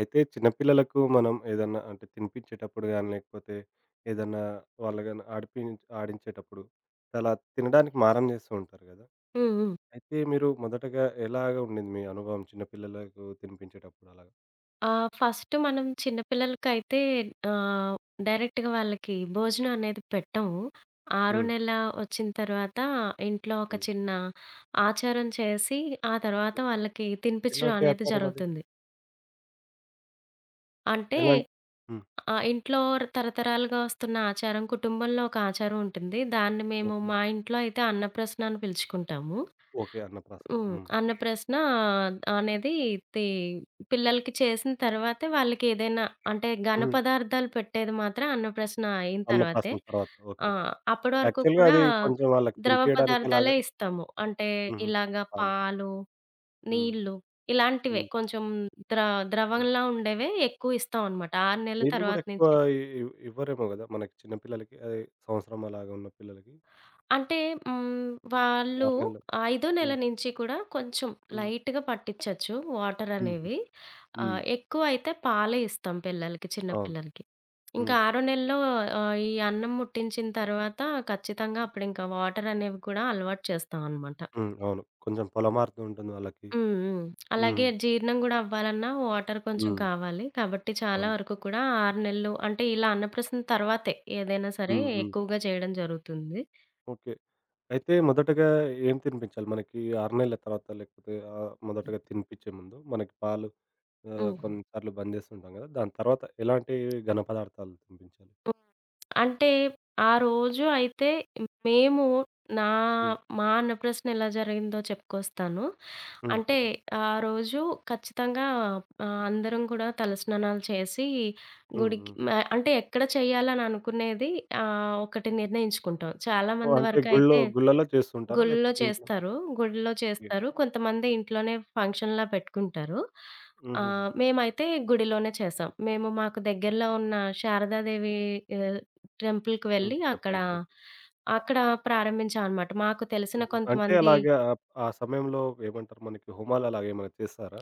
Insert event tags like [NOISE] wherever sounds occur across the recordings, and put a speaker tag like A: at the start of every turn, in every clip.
A: అయితే చిన్నపిల్లలకు మనం ఏదన్నా అంటే తినిపించేటప్పుడు గాని, లేకపోతే ఏదన్నా వాళ్ళు గాని ఆడించేటప్పుడు చాలా తినడానికి మారం చేస్తూ ఉంటారు గదా!
B: హ్మ్. హ్మ్.
A: అయితే మీరు మొదటగా ఎలాగ ఉండింది మీ అనుభవం చిన్న పిల్లలకు తినిపించేటప్పుడు అలాగా?
B: ఫస్ట్ మనం చిన్న పిల్లలకైతే ఆహ్, డైరెక్ట్‌గా వాళ్ళకి భోజనం అనేది పెట్టము. ఆరో
A: హ్మ్.
B: నెల వచ్చిన తర్వాత ఇంట్లో ఒక
A: హ్మ్.
B: చిన్న ఆచారం చేసి, ఆ తర్వాత
A: హ్మ్.
B: వాళ్ళకి తినిపించడం
A: ఎలాంటి
B: అనేది
A: ఆచారం అది?
B: జరుగుతుంది. అంటే
A: ఎలాం హ్మ్.
B: ఇంట్లో తరతరాలుగా వస్తున్న ఆచారం, కుటుంబంలో ఒక ఆచారం ఉంటుంది. దాన్ని మేము
A: ఓకే.
B: మా ఇంట్లో అయితే అన్నప్రసన అని పిలుచుకుంటాము.
A: ఓకే. అన్నప్రాసన.
B: హ్మ్.
A: హ్మ్.
B: అన్నప్రసన అనేది తి పిల్లలకి చేసిన తర్వాతే వాళ్ళకి ఏదైనా అంటే ఘన
A: హ్మ్.
B: పదార్థాలు పెట్టేది మాత్రం అన్నప్రసన అయిన తర్వాతే.
A: అన్నప్రాసన తర్వాత.
B: ఆ!
A: ఓకే.
B: అప్పటి వరకు
A: యాక్చువల్‌గా
B: కూడా
A: అది కొంచెం వాళ్ళకి
B: ద్రవ
A: తినిపియడానికి ఎలాగా?
B: పదార్థాలే ఇస్తాము. అంటే
A: హుహు.
B: ఇలాగ
A: పాలు.
B: పాలు
A: హ్మ్.
B: నీళ్ళు ఇలాంటివే
A: హ్మ్.
B: కొంచెం ద్ర
A: అవును.
B: ద్రవంలా ఉండేవే ఎక్కువిస్తామనమాట. 6 నెలల
A: నీళ్ళు గూడా
B: తర్వాత
A: ఎక్కువ
B: నుంచే.
A: ఇ ఇవ్ ఇవ్వరేమో గదా! మనకి చిన్న పిల్లలకి అది సంవత్సరం అలాగా ఉన్న పిల్లలకి
B: అంటే వాళ్ళు
A: 6 నెలలు.
B: ఐదో నెల
A: హ్మ్.
B: నుంచి కూడా కొంచెం
A: హ్మ్.
B: లైట్‌గా పట్టిచ్చచ్చు
A: హుహు.
B: వాటరనేవి.
A: హ్మ్.
B: ఎక్కువైతే పాలే ఇస్తాం పిల్లలకి, చిన్న
A: అవును.
B: పిల్లలకి. ఇంకా
A: హ్మ్.
B: ఆరో నెలలో ఈ అన్నం ముట్టించిన తర్వాత ఖచ్చితంగా అప్పుడింకా వాటరనేవి కూడా అలవాటు చేస్తామనమాట.
A: హ్మ్. అవును. కొంచెం పొలమార్పు ఉంటుంది వాళ్ళకి.
B: హ్మ్. హ్మ్. అలాగే
A: హ్మ్.
B: జీర్ణం గూడా అవ్వాలన్నా వాటర్ కొంచెం
A: హ్మ్.
B: కావాలి. కాబట్టి చాలా
A: అవును.
B: వరకు కూడా 6 నెలలు అంటే ఇలా అన్నప్రాసన తర్వాతే ఏదైనా సరే
A: హ్మ్. హ్మ్.
B: ఎక్కువగా చేయడం జరుగుతుంది.
A: ఓకే. అయితే మొదటగా ఏం తినిపించాలి? మనకి 6 నెలల తర్వాత లేకపోతే మొదటగా తినిపించే ముందు మనకి పాలు
B: హ్మ్.
A: కొన్ని సార్లు బంద్ చేస్తుంటాం గదా! దాని తర్వాత ఎలాంటి ఘన పదార్థాలు తినిపించాలి?
B: హ్మ్. అంటే ఆ రోజు అయితే మేము నా
A: హ్మ్.
B: మా అన్నప్రాసన ఎలా జరిగిందో చెప్పుకొస్తాను.
A: హ్మ్.
B: అంటే
A: చెప్పండి.
B: ఆ రోజు ఖచ్చితంగా అందరం కూడా తలస్నానాలు చేసి
A: హ్మ్.
B: గుడికి
A: హ్మ్.
B: అంటే ఎక్కడ చేయాలని అనుకునేది ఒకటి నిర్ణయించుకుంటాం. చాలా
A: ఓహ్!
B: మంది
A: అంటే గుళ్ళో
B: వరకైతే
A: గుళ్ళలో చేస్తుంటారా?
B: గుళ్ళో
A: లేకపోతే ఇంట్లో?
B: చేస్తారు. గుడిలో
A: ఓకే.
B: చేస్తారు. కొంతమంది ఇంట్లోనే ఫంక్షన్‌లా పెట్టుకుంటారు.
A: హుహుహు.
B: మేమైతే గుడిలోనే చేసాం. మేము మాకు దగ్గరలో ఉన్న శారదాదేవి ఆహ్, టెంపుల్‌కి
A: హ్మ్.
B: వెళ్ళి అక్కడ,
A: చెప్పులు. ఓకే.
B: అక్కడ ప్రారంభించాం అనమాట. మాకు తెలిసిన
A: హుహు. అంటే
B: కొంతమంది
A: అలాగా ఆ సమయంలో ఏమంటారు మనకి హోమాలు అలాగేమైనా చేస్తారా?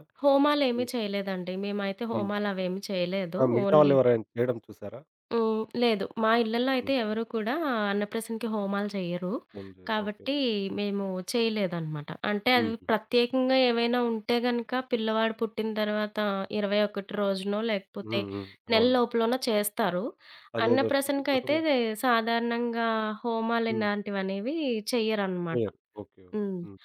A: ఈ
B: హోమాలేమీ చేయలేదండి. మేమైతే
A: హ్మ్.
B: హోమాలవేమీ చేయలేదు.
A: ఆ! మిగతా
B: ఓన్లీ
A: వాళ్ళెవరైనా చేయడం చూసారా?
B: హ్మ్. లేదు. మా ఇళ్లల్లో అయితే
A: హుహు.
B: ఎవరు కూడా అన్నప్రాసనకి హోమాలు చెయ్యరు.
A: ఏం జేయరు. ఓకే.
B: కాబట్టి మేము చేయలేదనమాట. అంటే అవి
A: హుహు.
B: ప్రత్యేకంగా ఏవైనా ఉంటే గనక పిల్లవాడు పుట్టిన తర్వాత 21 రోజునో లేకపోతే
A: హ్మ్. హ్మ్.
B: నెల
A: అవునవును.
B: లోపులోనో చేస్తారు.
A: అదేదో శుద్ధి
B: అన్నప్రాసనకైతే
A: కోసమే.
B: సాధారణంగా హోమాలు
A: హ్మ్.
B: ఇలాంటివనేవి చెయ్యరనమాట.
A: చేయరు. ఓకే. ఓకే.
B: హ్మ్.
A: హ్మ్.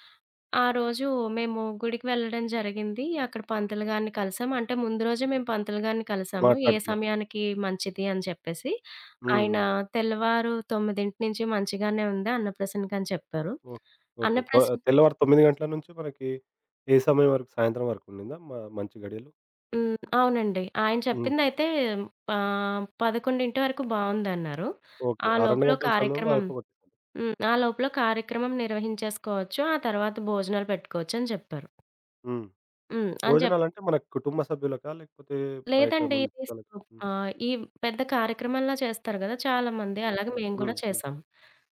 B: ఆ రోజు మేము గుడికి వెళ్ళడం జరిగింది. అక్కడ పంతులు గారిని కలిసాం. అంటే ముందు రోజే మేము పంతులు గారిని కలిసాము. ఏ
A: మాట్లాడుకున్నారు.
B: సమయానికి మంచిది అని చెప్పేసి.
A: హ్మ్.
B: ఆయన
A: హ్మ్.
B: తెల్లవారు 9 నుంచి మంచిగానే ఉంది అన్నప్రసన్నకని చెప్పారు.
A: ఓ ఓకే.
B: అన్నప్రసన్న
A: తెల్లవారు 9 గంటల నుంచి మనకి ఏ సమయం వరకు సాయంత్రం వరకు ఉండిందా మంచి గడియలు?
B: హ్మ్. అవునండి. ఆయన
A: హుహు.
B: చెప్పిందయితే 11 వరకు బావుందన్నారు.
A: ఓకే.
B: ఆ
A: ఆ 2
B: లోపల
A: గంటల సమయంలో
B: కార్యక్రమం
A: అయిపోగొట్టేసారు.
B: హ్మ్. ఆ లోపల కార్యక్రమం నిర్వహించేసుకోవచ్చు. ఆ తర్వాత భోజనాలు పెట్టుకోవచ్చు అని చెప్పారు.
A: హ్మ్.
B: హ్మ్. అని చెప్పారు.
A: భోజనాలంటే మన కుటుంబ సభ్యులకా? లేకపోతే బయట
B: లేదండి.
A: మన
B: ఇది
A: చుట్టాలకా? హ్మ్.
B: ఈ పెద్ద కార్యక్రమంలా చేస్తారు గదా! చాలామంది. అలాగే
A: ఓకే.
B: మేము కూడా
A: హ్మ్. హ్మ్.
B: చేసాం.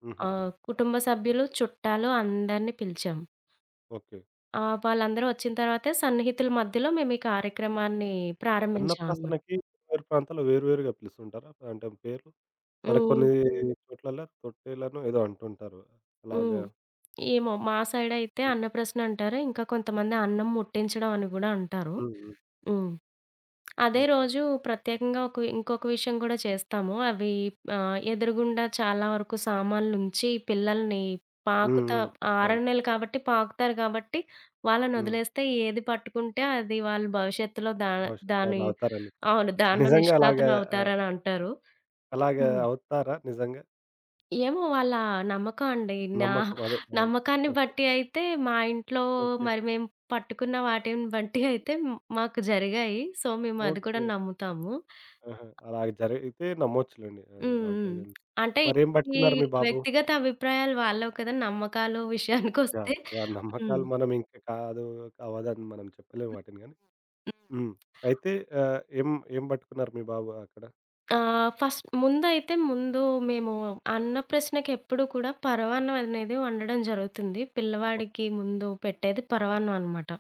A: హుహుహు.
B: కుటుంబ సభ్యులు, చుట్టాలు అందరిని పిలిచాం.
A: ఓకే.
B: వాళ్ళందరూ వచ్చిన తర్వాతే సన్నిహితుల మధ్యలో మేము ఈ కార్యక్రమాన్ని ప్రారంభించామనమాట.
A: అన్నప్రాసనకి వేరు ప్రాంతాల్లో వేరు వేరుగా పిలుస్తుంటారా? అంటే పేర్లు? మనకు
B: హ్మ్.
A: కొన్ని చోట్లల్లో తొట్టెలనో ఏదో అంటుంటారు.
B: హ్మ్.
A: అలాగా.
B: ఏమో మా సైడయితే
A: హ్మ్.
B: అన్నప్రసన అంటారు. ఇంకా కొంతమంది అన్నం ముట్టించడం అని గూడా అంటారు.
A: హ్మ్. హ్మ్.
B: హ్మ్. అదే
A: ఓకే.
B: రోజు ప్రత్యేకంగా ఒక ఇంకొక విషయం గూడా చేస్తాము. అవి ఎదురుగుండా చాలా వరకు సామాన్లుంచి పిల్లల్ని
A: హ్మ్.
B: పాకుతా
A: హ్మ్.
B: 6
A: అవును.
B: నెలలు కాబట్టి పాకుతారు కాబట్టి,
A: హ్మ్.
B: వాళ్ళనొదిలేస్తే ఏది పట్టుకుంటే అది వాళ్ళు భవిష్యత్తులో
A: భవిష్యత్తులో అది
B: దాని
A: అవుతారని.
B: అవును. దానిలో
A: నిజంగా అలాగా? ఆహ్,
B: నిష్ణాతులవుతారనంటారు.
A: అలాగా
B: హ్మ్.
A: అవుతారా నిజంగా?
B: ఏమో వాళ్ళ నమ్మకం అండి. నా
A: నమ్మకం అదే. అవును.
B: నమ్మకాన్ని
A: [LAUGHS]
B: బట్టి అయితే మా ఇంట్లో
A: ఓకే.
B: మరి మేము పట్టుకున్న వాటిని బట్టి అయితే మాకు జరిగాయి. సో, మేము అది కూడా
A: ఓకే.
B: నమ్ముతాము.
A: ఆహా! అలాగ జరిగితే నమ్మొచ్చులెండి. ఆహ్,
B: హ్మ్.
A: దాంట్లో
B: హ్మ్.
A: ఏదైనా.
B: అంటే
A: మరేం
B: మీ
A: పట్టుకున్నారు మీ బాబు?
B: వ్యక్తిగత అభిప్రాయాలు వాళ్ళవి కదా! నమ్మకాలు విషయానికొస్తే
A: యాహ్! యాహ్!
B: హ్మ్.
A: నమ్మకాలు మనం ఇంక కాదు, అవ్వదని మనం చెప్పలేం వాటిని గానీ.
B: హ్మ్.
A: హ్మ్. అయితే ఏం ఏం పట్టుకున్నారు మీ బాబు అక్కడ?
B: ఫస్ట్ ముందైతే ముందు మేము అన్న ప్రశ్నకి ఎప్పుడు కూడా పరమాన్నం అనేది వండడం జరుగుతుంది. పిల్లవాడికి
A: ఓకే.
B: ముందు పెట్టేది పరమాన్నం అనమాట.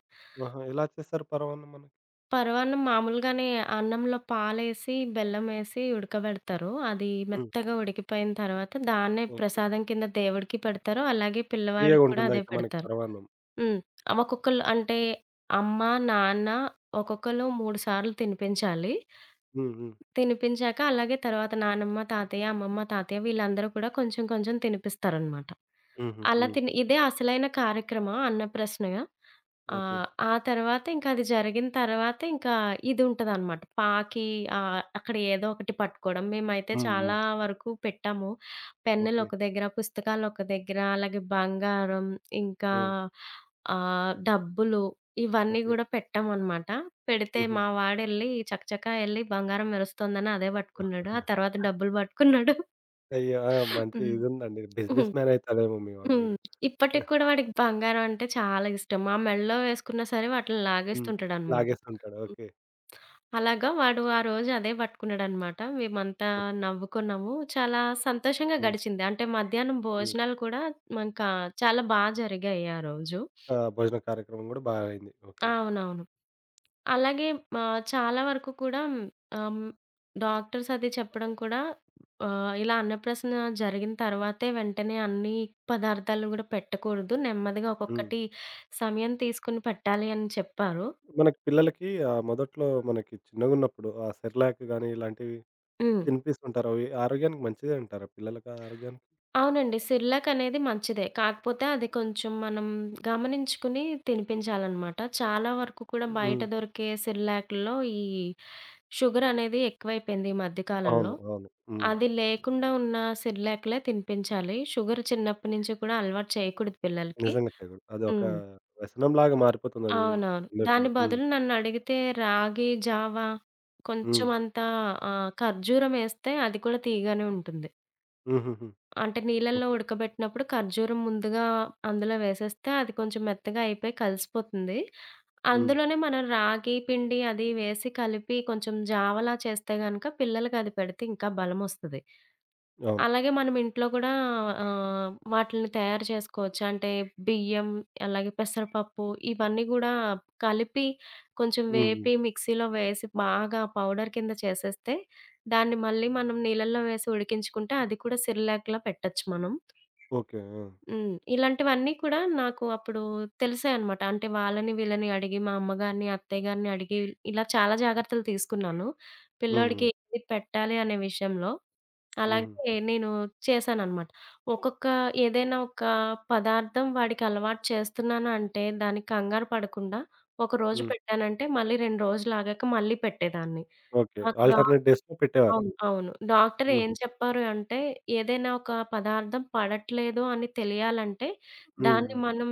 A: ఆహా! ఎలా చేస్తారు పరమాన్నం మనకి?
B: పరమాన్నం మామూలుగానే అన్నంలో పాలేసి, బెల్లమేసి ఉడకబెడతారు. అది
A: హ్మ్.
B: మెత్తగా ఉడికిపోయిన తర్వాత దాన్నే
A: ఓకే.
B: ప్రసాదం కింద దేవుడికి పెడతారు. అలాగే పిల్లవాడికి కూడా అదే
A: తియ్యగుంటుందయితే మనకి
B: పెడతారు.
A: పరమాన్నం.
B: హ్మ్. ఒక్కొక్కళ్ళు అంటే అమ్మ, నాన్న ఒక్కొక్కళ్ళు 3 సార్లు తినిపించాలి.
A: హ్మ్. హ్మ్.
B: తినిపించాక అలాగే తర్వాత నానమ్మ, తాతయ్య, అమ్మమ్మ, తాతయ్య వీళ్ళందరూ కూడా కొంచెం కొంచెం తినిపిస్తారనమాట.
A: హుహు.
B: అలా
A: హ్మ్.
B: తిని ఇదే అసలైన కార్యక్రమం అన్నప్రసనగా.
A: ఓకే.
B: ఆ తర్వాత ఇంకా అది జరిగిన తర్వాత ఇంకా ఇదుంటదనమాట. అక్కడ ఏదో ఒకటి పట్టుకోవడం. మేమైతే
A: హ్మ్. హ్మ్.
B: చాలా వరకు పెట్టాము. పెన్నులు
A: ఓకే.
B: ఒక దగ్గర, పుస్తకాలు ఒక దగ్గర, అలాగే బంగారం ఇంకా
A: హ్మ్.
B: డబ్బులు ఇవన్నీ
A: ఓకే.
B: గూడా పెట్టామనమాట. పెడితే
A: హుహు.
B: మా వాడెళ్ళి చకచకా ఎళ్లి బంగారం మెరుస్తోందని అదే పట్టుకున్నాడు. ఆ తర్వాత డబ్బులు పట్టుకున్నాడు.
A: అయ్యో! ఆ! మంచి
B: హ్మ్.
A: ఇదుందండి.
B: హ్మ్.
A: బిజినెస్ మ్యాన్ అయితాడేమో మీ వాడు
B: హ్మ్.
A: గూడా.
B: ఇప్పటికి
A: [LAUGHS]
B: కూడా వాడికి బంగారం అంటే చాలా ఇష్టం. మా మెడలో వేసుకున్నా సరే వాటిలిని
A: హ్మ్.
B: లాగేస్తుంటాడనమాట.
A: లాగేస్తుంటాడు.
B: హ్మ్.
A: ఓకే.
B: అలాగా వాడు ఆ రోజు అదే పట్టుకున్నాడనమాట. మేమంతా
A: ఓకే.
B: నవ్వుకున్నాము. చాలా సంతోషంగా
A: హ్మ్.
B: గడిచింది. అంటే మధ్యాహ్నం
A: హ్మ్.
B: భోజనాలు కూడా ఇంకా చాలా బా జరిగాయి ఆ రోజు.
A: ఆ! భోజన కార్యక్రమం గూడా బా అయింది. ఓకే.
B: అవునవును. అలాగే చాలా వరకు కూడా ఆహ్, డాక్టర్స్ అది చెప్పడం కూడా ఇలా అన్నప్రాసన జరిగిన తర్వాతే వెంటనే అన్ని పదార్థాలు గూడా పెట్టకూడదు. నెమ్మదిగా
A: హ్మ్.
B: ఒక్కొక్కటి సమయం తీసుకొని పెట్టాలి అని చెప్పారు.
A: మనకి పిల్లలకి మొదట్లో మనకి చిన్నగున్నప్పుడు ఆ సెర్లాక్ గాని ఇలాంటివి
B: హ్మ్.
A: తినిపిస్తుంటారు. అవి ఆరోగ్యానికి మంచిదే అంటారా పిల్లలకి ఆరోగ్యానికి?
B: అవునండి. సిర్లాక్ అనేది మంచిదే. కాకపోతే అది కొంచెం మనం గమనించుకుని తినిపించాలనమాట. చాలా వరకు కూడా బయట
A: హ్మ్.
B: దొరికే సిర్లాక్‌ల్లో ఈ షుగర్ అనేది ఎక్కువైపోయింది ఈ మధ్య కాలంలో.
A: అవును. అవును. హ్మ్.
B: అది లేకుండా ఉన్న సిర్లాక్‌లే తినిపించాలి. షుగర్ చిన్నప్పటి నుంచి కూడా అలవాటు చేయకూడదు పిల్లలకి.
A: నిజంగా చేయగూడదు. అదొక
B: హ్మ్.
A: వ్యసనంలాగా మారిపోతుందది
B: అవునవును.
A: ఉండే
B: దాని
A: కొద్దీ. హ్మ్.
B: బదులు నన్నడిగితే రాగి జావా
A: హ్మ్.
B: కొంచెం అంత ఖర్జూరం ఏస్తే అది కూడా తీయగానే ఉంటుంది.
A: హుహుహు.
B: అంటే నీళ్ళల్లో
A: ఓకే.
B: ఉడకబెట్టినప్పుడు ఖర్జూరం ముందుగా అందులో వేసేస్తే అది కొంచెం మెత్తగా అయిపోయి కలిసిపోతుంది.
A: హ్మ్.
B: అందులోనే మనం రాగి పిండి అది వేసి కలిపి కొంచెం జావలా చేస్తే గనక పిల్లలకది పెడితే ఇంకా బలమొస్తది.
A: అవును.
B: అలాగే మనం ఇంట్లో కూడా వాటిల్ని తయారు చేసుకోవచ్చు. అంటే బియ్యం, అలాగే పెసరపప్పు ఇవన్నీ గూడా కలిపి కొంచెం
A: హ్మ్. హ్మ్.
B: వేపి మిక్సీలో వేసి బాగా పౌడర్ కింద చేసేస్తే, దాన్ని మళ్ళీ మనం నీళ్ళల్లో వేసి ఉడికించుకుంటే అది కూడా సిర్‌లాక్‌లా పెట్టొచ్చు మనం.
A: ఓకే. ఆ!
B: హ్మ్. ఇలాంటివన్నీ కూడా నాకు అప్పుడు తెలిసాయన్నమాట. అంటే వాళ్ళని వీళ్ళని అడిగి మా అమ్మగారిని, అత్తయ్య గారిని అడిగి ఇలా చాలా జాగ్రత్తలు తీసుకున్నాను.
A: హ్మ్.
B: పిల్లోడికి
A: హ్మ్.
B: ఏది పెట్టాలి అనే విషయంలో.
A: హుహు.
B: అలాగే నేను చేశాననమాట. ఒక్కొక్క ఏదైనా ఒక పదార్థం వాడికి అలవాటు చేస్తున్నాను అంటే, దానికి కంగారు పడకుండా ఒక రోజు
A: హ్మ్.
B: పెట్టానంటే, మళ్ళీ 2 రోజులాగాక మళ్ళీ పెట్టేదాన్ని.
A: ఓకే.
B: నాకు డాక్
A: ఆల్టర్‌నేట్ డేస్‌లో పెట్టేవారు.
B: అవును. అవును. డాక్టర్ ఏం
A: హుహు.
B: చెప్పారు అంటే, ఏదైనా ఒక పదార్థం పడట్లేదు అని తెలియాలంటే,
A: హ్మ్.
B: దాన్ని
A: హ్మ్.
B: మనం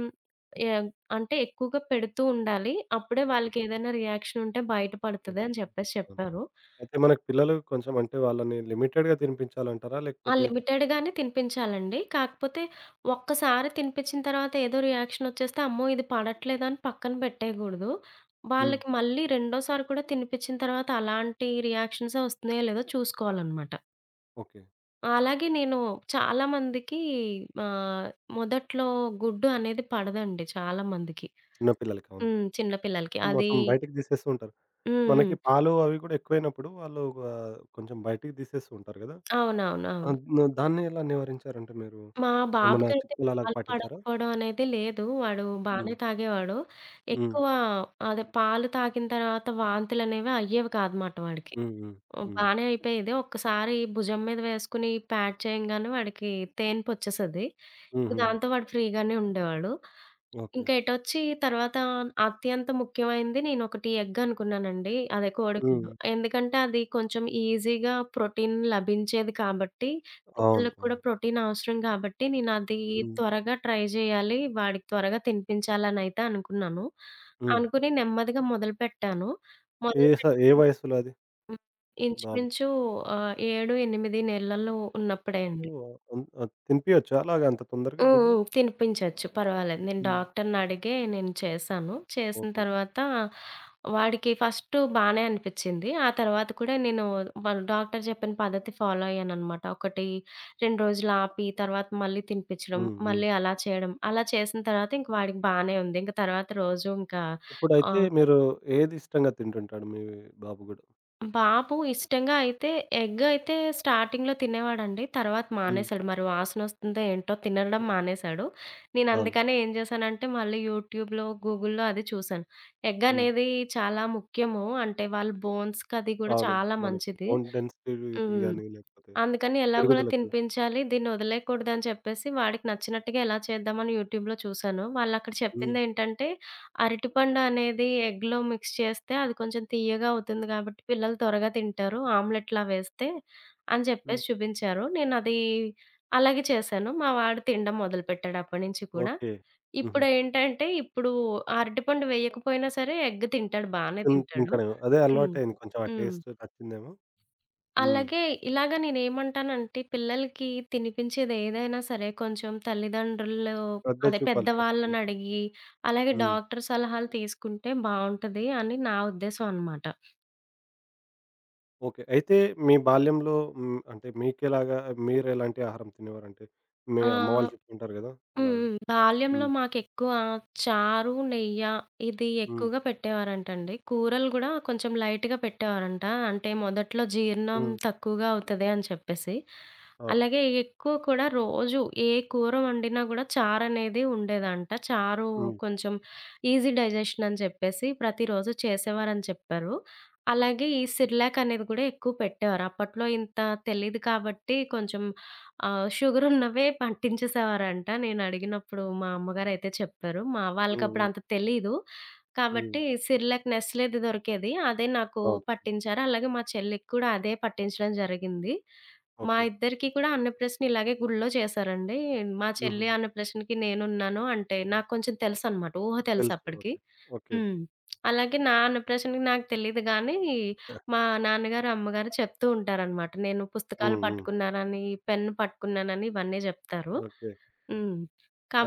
B: ఏం అంటే ఎక్కువగా పెడుతూ ఉండాలి. అప్పుడే వాళ్ళకి
A: ఓకే.
B: ఏదైనా రియాక్షన్ ఉంటే బయట పడతది
A: ఓకే.
B: అని చెప్పేసి
A: ఆ!
B: చెప్పారు.
A: అయితే మనకు పిల్లలు కొంచెం అంటే వాళ్ళని లిమిటెడ్‌గా తినిపించాలంటారా?
B: ఆ!
A: లేకపోతే?
B: లిమిటెడ్‌గానే తినిపించాలండి. కాకపోతే ఒక్కసారి తినిపించిన తర్వాత ఏదో రియాక్షన్ ఒచ్చేస్తే, అమ్మో! ఇది పడట్లేదని పక్కన పెట్టేయగూడదు.
A: హ్మ్.
B: వాళ్ళకి మళ్ళీ రెండోసారి కూడా తినిపించిన తర్వాత అలాంటి రియాక్షన్సే ఒస్తున్నాయో లేదో చూసుకోవాలనమాట.
A: ఓకే.
B: అలాగే నేను చాలా మందికి ఆహ్, మొదట్లో గుడ్డు అనేది పడదండి చాలా మందికి.
A: చిన్న పిల్లలకి అవును.
B: హ్మ్. చిన్న పిల్లలకి. అది
A: మొత్తం బయటికి తీసేస్తూ ఉంటారు.
B: హ్మ్.
A: మనకి
B: హ్మ్.
A: పాలు అవి కూడా ఎక్కువైనప్పుడు వాళ్ళు కొంచెం బయటికి తీసేస్తూ ఉంటారు గదా!
B: అవునవును. అవును.
A: ఆహ్, న దాన్ని ఎలా నివారించారంటే మీరు?
B: మా
A: ఏమన్నా
B: బాబుకైతే
A: చిట్కాలు అలాగ
B: పాలు
A: పాటించారా?
B: పడకపోవడం అనేది లేదు. వాడు బానే
A: హ్మ్.
B: తాగేవాడు.
A: హ్మ్.
B: ఎక్కువ అదే పాలు తాగిన తర్వాత వాంతులనేవి అయ్యేవి కాదన్నమాట వాడికి.
A: హ్మ్. హ్మ్.
B: హ్మ్.
A: హ్మ్.
B: బానే అయిపోయేది. ఒక్కసారి భుజం మీద వేసుకొని ప్యాడ్ చేయంగానే వాడికి తేన్పొచ్చేసేది. ఇంక
A: హుహుహు.
B: దాంతో వాడు ఫ్రీగానే ఉండేవాడు.
A: ఓకే.
B: ఇంకా ఎటొచ్చి తర్వాత అత్యంత ముఖ్యమైనది నేనొకటి ఎగ్ అనుకున్నానండి. అదే కోడిగుడ్డు.
A: హ్మ్.
B: ఎందుకంటే అది కొంచెం ఈజీగా ప్రోటీన్ లభించేది కాబట్టి,
A: అవును.
B: పిల్లలకి కూడా
A: అవును.
B: ప్రోటీన్ అవసరం కాబట్టి, నేనది
A: హ్మ్.
B: త్వరగా ట్రై జేయాలి. వాడికి త్వరగా తినిపించాలనైతే అనుకున్నాను.
A: హ్మ్.
B: అనుకుని నెమ్మదిగా మొదలుపెట్టాను. మొదలుపెట్టి
A: ఏ వయస్సులో అది
B: హ్మ్.
A: బాబుకు?
B: ఇంచుమించు 7, 8 నెలలు ఉన్నప్పుడే అండి.
A: అన్ తినిపియొచ్చా అలాగ అంత తొందరగా
B: హ్మ్.
A: గుడ్డు?
B: హ్మ్. తినిపించొచ్చు. పర్వాలేదు. నేను
A: హ్మ్.
B: డాక్టర్‌నడిగే నేను చేశాను. చేసిన
A: ఓకే.
B: తర్వాత వాడికి ఫస్టు బానే అనిపిచ్చింది. ఆ తర్వాత కూడా నేను వాళ్ళు డాక్టర్ చెప్పిన పద్ధతి ఫాలో అయ్యాననమాట. ఒకటి 2 రోజులు ఆపి తర్వాత మళ్ళీ తినిపించడం,
A: హ్మ్. హ్మ్.
B: మళ్ళీ అలా చేయడం. అలా చేసిన తర్వాత ఇంక వాడికి బానే ఉంది. ఇంక తర్వాత రోజు ఇంకా
A: ఇప్పుడైతే
B: ఆహ్
A: మీరు ఏది ఇష్టంగా తింటుంటాడు మీ బాబు గూడా?
B: బాబు ఇష్టంగా అయితే ఎగ్ అయితే స్టార్టింగ్‌లో తినేవాడండి. తర్వాత
A: హ్మ్.
B: మానేసాడు. మరి వాసనొస్తుందో ఏంటో తినడం మానేసాడు. నేను
A: అవును.
B: అందుకనే ఏం చేశానంటే మళ్ళీ యూట్యూబ్‌లో, గూగుల్‌లో అది చూశాను. ఎగ్
A: హ్మ్.
B: అనేది చాలా ముఖ్యము. అంటే వాళ్ళ బోన్స్‌కది కూడా
A: అవును.
B: చాలా
A: మనకి
B: మంచిది.
A: బోన్ డెన్సిటీకి
B: హ్మ్.
A: గాని లేకపోతే
B: అందుకని ఎలాగోలా
A: పెరుగుదలకి.
B: తినిపించాలి. దీన్నొదిలేయకూడదని చెప్పేసి, వాడికి నచ్చినట్టుగా ఎలా చేద్దామని యూట్యూబ్‌లో చూశాను. వాళ్ళక్కడ
A: హ్మ్.
B: చెప్పిందేంటంటే, అరటిపండు అనేది ఎగ్‌లో మిక్స్ చేస్తే అది కొంచెం తియ్యగా అవుతుంది గాబట్టి, పిల్లలు త్వరగా తింటారు ఆమ్లెట్‌లా వేస్తే అని
A: హ్మ్.
B: చెప్పేసి చూపించారు. నేనది అలాగే చేశాను. మా వాడు తినడం మొదలుపెట్టాడు అప్పటినుంచి కూడా.
A: ఓకే. హుహు.
B: ఇప్పుడేంటంటే, ఇప్పుడు అరటిపండు వేయకపోయినా సరే ఎగ్ తింటాడు బానే తింటాడు.
A: తింటాడేమో. అదే
B: హ్మ్.
A: అలవాటయింది కొంచెం ఆ
B: హ్మ్.
A: టేస్ట్ నచ్చిందేమో. హ్మ్.
B: అలాగే ఇలాగ నేనేమంటానంటే, పిల్లలకి తినిపించేదేదైనా సరే కొంచెం తల్లిదండ్రులు
A: శ్రద్ధ
B: అదే
A: చూపాలి ఫస్ట్.
B: పెద్దవాళ్ళనడిగి, అలాగే
A: హ్మ్.
B: డాక్టర్ సలహాలు తీసుకుంటే బావుంటది అని నా ఉద్దేశం అనమాట.
A: ఓకే. అయితే మీ బాల్యంలో హ్మ్, అంటే మీకెలాగా మీరెలాంటి ఆహారం తినేవారంటే మీ
B: ఆ!
A: అమ్మ వాళ్ళు చెప్తుంటారు గదా!
B: హ్మ్.
A: అలాగా.
B: హ్మ్. బాల్యంలో
A: హ్మ్.
B: మాకెక్కువ చారు, నెయ్య ఇది
A: హ్మ్.
B: ఎక్కువగా పెట్టేవారంటండి. కూరలు గూడా కొంచెం లైట్‌గా పెట్టేవారంట. అంటే మొదట్లో జీర్ణం
A: హ్మ్.
B: తక్కువగా అవుతది అని చెప్పేసి.
A: అవును.
B: అలాగే ఎక్కువ కూడా రోజు ఏ కూర వండినా గూడా చారనేది ఉండేదంట. చారు
A: హ్మ్.
B: కొంచెం ఈజీ డైజెషన్ అని చెప్పేసి ప్రతిరోజు చేసేవారని చెప్పారు. అలాగే ఈ సిర్లాక్ అనేది గూడా ఎక్కువ పెట్టేవారు. అప్పట్లో ఇంత తెలీదు కాబట్టి కొంచెం ఆ! షుగరున్నవే పట్టించేసేవారంట. నేనడిగినప్పుడు మా అమ్మగారైతే చెప్పారు. మా వాళ్ళకప్పుడు
A: హ్మ్.
B: అంత తెలీదు.
A: హ్మ్. హ్మ్.
B: కాబట్టి సిర్‌లాక్, నెస్లేది దొరికేది. అదే నాకు
A: అవును.
B: పట్టించారు. అలాగే మా చెల్లికి కూడా అదే పట్టించడం జరిగింది. మా
A: ఓకే.
B: ఇద్దరికీ కూడా అన్నప్రాసన ఇలాగే గుడిలో చేశారండి. మా చెల్లి
A: హుహుహు.
B: అన్నప్రాసనకి నేనున్నాను. అంటే నాకు కొంచెం తెలుసనమాట. ఊహ
A: తెలుసు.
B: తెలుసప్పటికి.
A: ఓకే. ఓకే.
B: హ్మ్. అలాగే నా అన్నప్రాషన్‌కి నాకు తెలీదు గానీ, మా
A: [LAUGHS]
B: నాన్నగారు, అమ్మగారు చెప్తూ ఉంటారనమాట. నేను
A: ఆ!
B: పుస్తకాలు
A: హ్మ్. హ్మ్.
B: పట్టుకున్నానని, పెన్ను పట్టుకున్నానని ఇవన్నీ జెప్తారు.
A: ఓకే.
B: హ్మ్.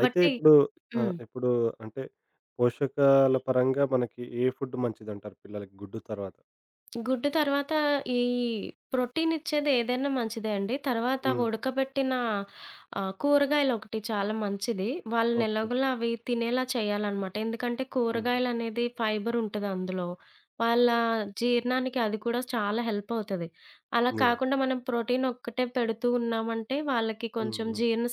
A: అయితే ఇప్పుడు ఆ!
B: హ్మ్.
A: ఇప్పుడు అంటే పోషకాల పరంగా మనకి ఏ ఫుడ్ మంచిదంటారు పిల్లలకి గుడ్డు తర్వాత?
B: గుడ్డు తర్వాత ఈ ప్రోటీన్ ఇచ్చేది ఏదైనా మంచిదే అండి. తర్వాత
A: హ్మ్.
B: ఉడకబెట్టిన కూరగాయలొకటి చాలా మంచిది. వాళ్ళని
A: ఓకే.
B: ఎలాగోలా అవి తినేలా చేయాలనమాట. ఎందుకంటే
A: హ్మ్.
B: కూరగాయలనేది ఫైబర్ ఉంటది అందులో. వాళ్ళ జీర్ణానికి అది కూడా చాలా హెల్ప్ అవుతది. అలా
A: నిజంగా.
B: కాకుండా మనం ప్రోటీన్ ఒక్కటే పెడుతూ ఉన్నామంటే వాళ్ళకి
A: హ్మ్.
B: కొంచెం
A: హ్మ్.
B: జీర్ణ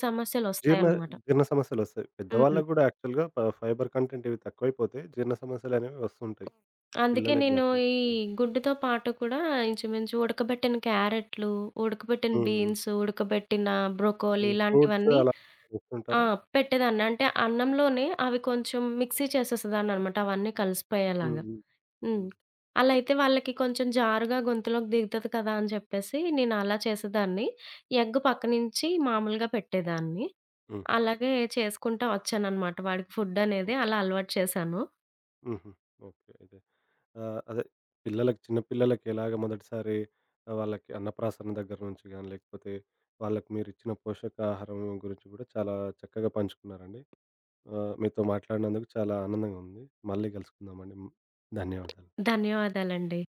A: జీర్ణ
B: సమస్యలొస్తాయన్నమాట.
A: జీర్ణ సమస్యలొస్తాయి.
B: హ్మ్.
A: పెద్దవాళ్ళకి గూడా యాక్చువల్‌గా ఫైబర్ కంటెంట్ ఇవి తక్కువైపోతే జీర్ణ సమస్యలనేవి వస్తుంటాయి.
B: అందుకే
A: పిల్లలకి
B: నేను
A: గాకుండా.
B: ఈ
A: హ్మ్.
B: గుడ్డుతో పాటు కూడా ఇంచుమించు ఉడకబెట్టిన క్యారెట్లు, ఉడకబెట్టిన
A: హ్మ్.
B: బీన్స్, ఉడకబెట్టిన బ్రోకోలీ
A: హ్మ్. ఫ్రూట్స్
B: ఇలాంటివన్నీ
A: అలా
B: ఆ!
A: ఇస్తుంటారా?
B: పెట్టేదాన్ని. అంటే అన్నంలోనే అవి కొంచెం మిక్సీ చేసేసేదాన్ననమాట అవన్నీ
A: హ్మ్.
B: కలిసిపోయేలాగా.
A: హ్మ్.
B: హ్మ్.
A: హ్మ్.
B: అలా అయితే వాళ్ళకి కొంచెం జారుగా గొంతులోకి దిగుతది కదా! అని చెప్పేసి నేను అలా చేసేదాన్ని. ఎగ్ పక్కనుంచి మామూలుగా పెట్టేదాన్ని.
A: హుహుహు.
B: అలాగే చేసుకుంటా వచ్చాననమాట. వాడికి ఫుడ్ అనేది
A: ఓకే.
B: అలా అలవాటు చేశాను.
A: హుహు. ఓకే. అయితే అదే పిల్లలకి చిన్న పిల్లలకి ఎలాగ మొదటిసారి వాళ్ళకి అన్నప్రాసన దగ్గర నుంచి గాని, లేకపోతే వాళ్ళకి మీరిచ్చిన పోషకాహారం గురించి గూడా చాలా చక్కగా పంచుకున్నారండి. ఆహ్, మీతో మాట్లాడినందుకు చాలా ఆనందంగా ఉంది. మళ్ళీ కలుసుకుందామండి. ధన్యవాదాలు.
B: ధన్యవాదాలండి.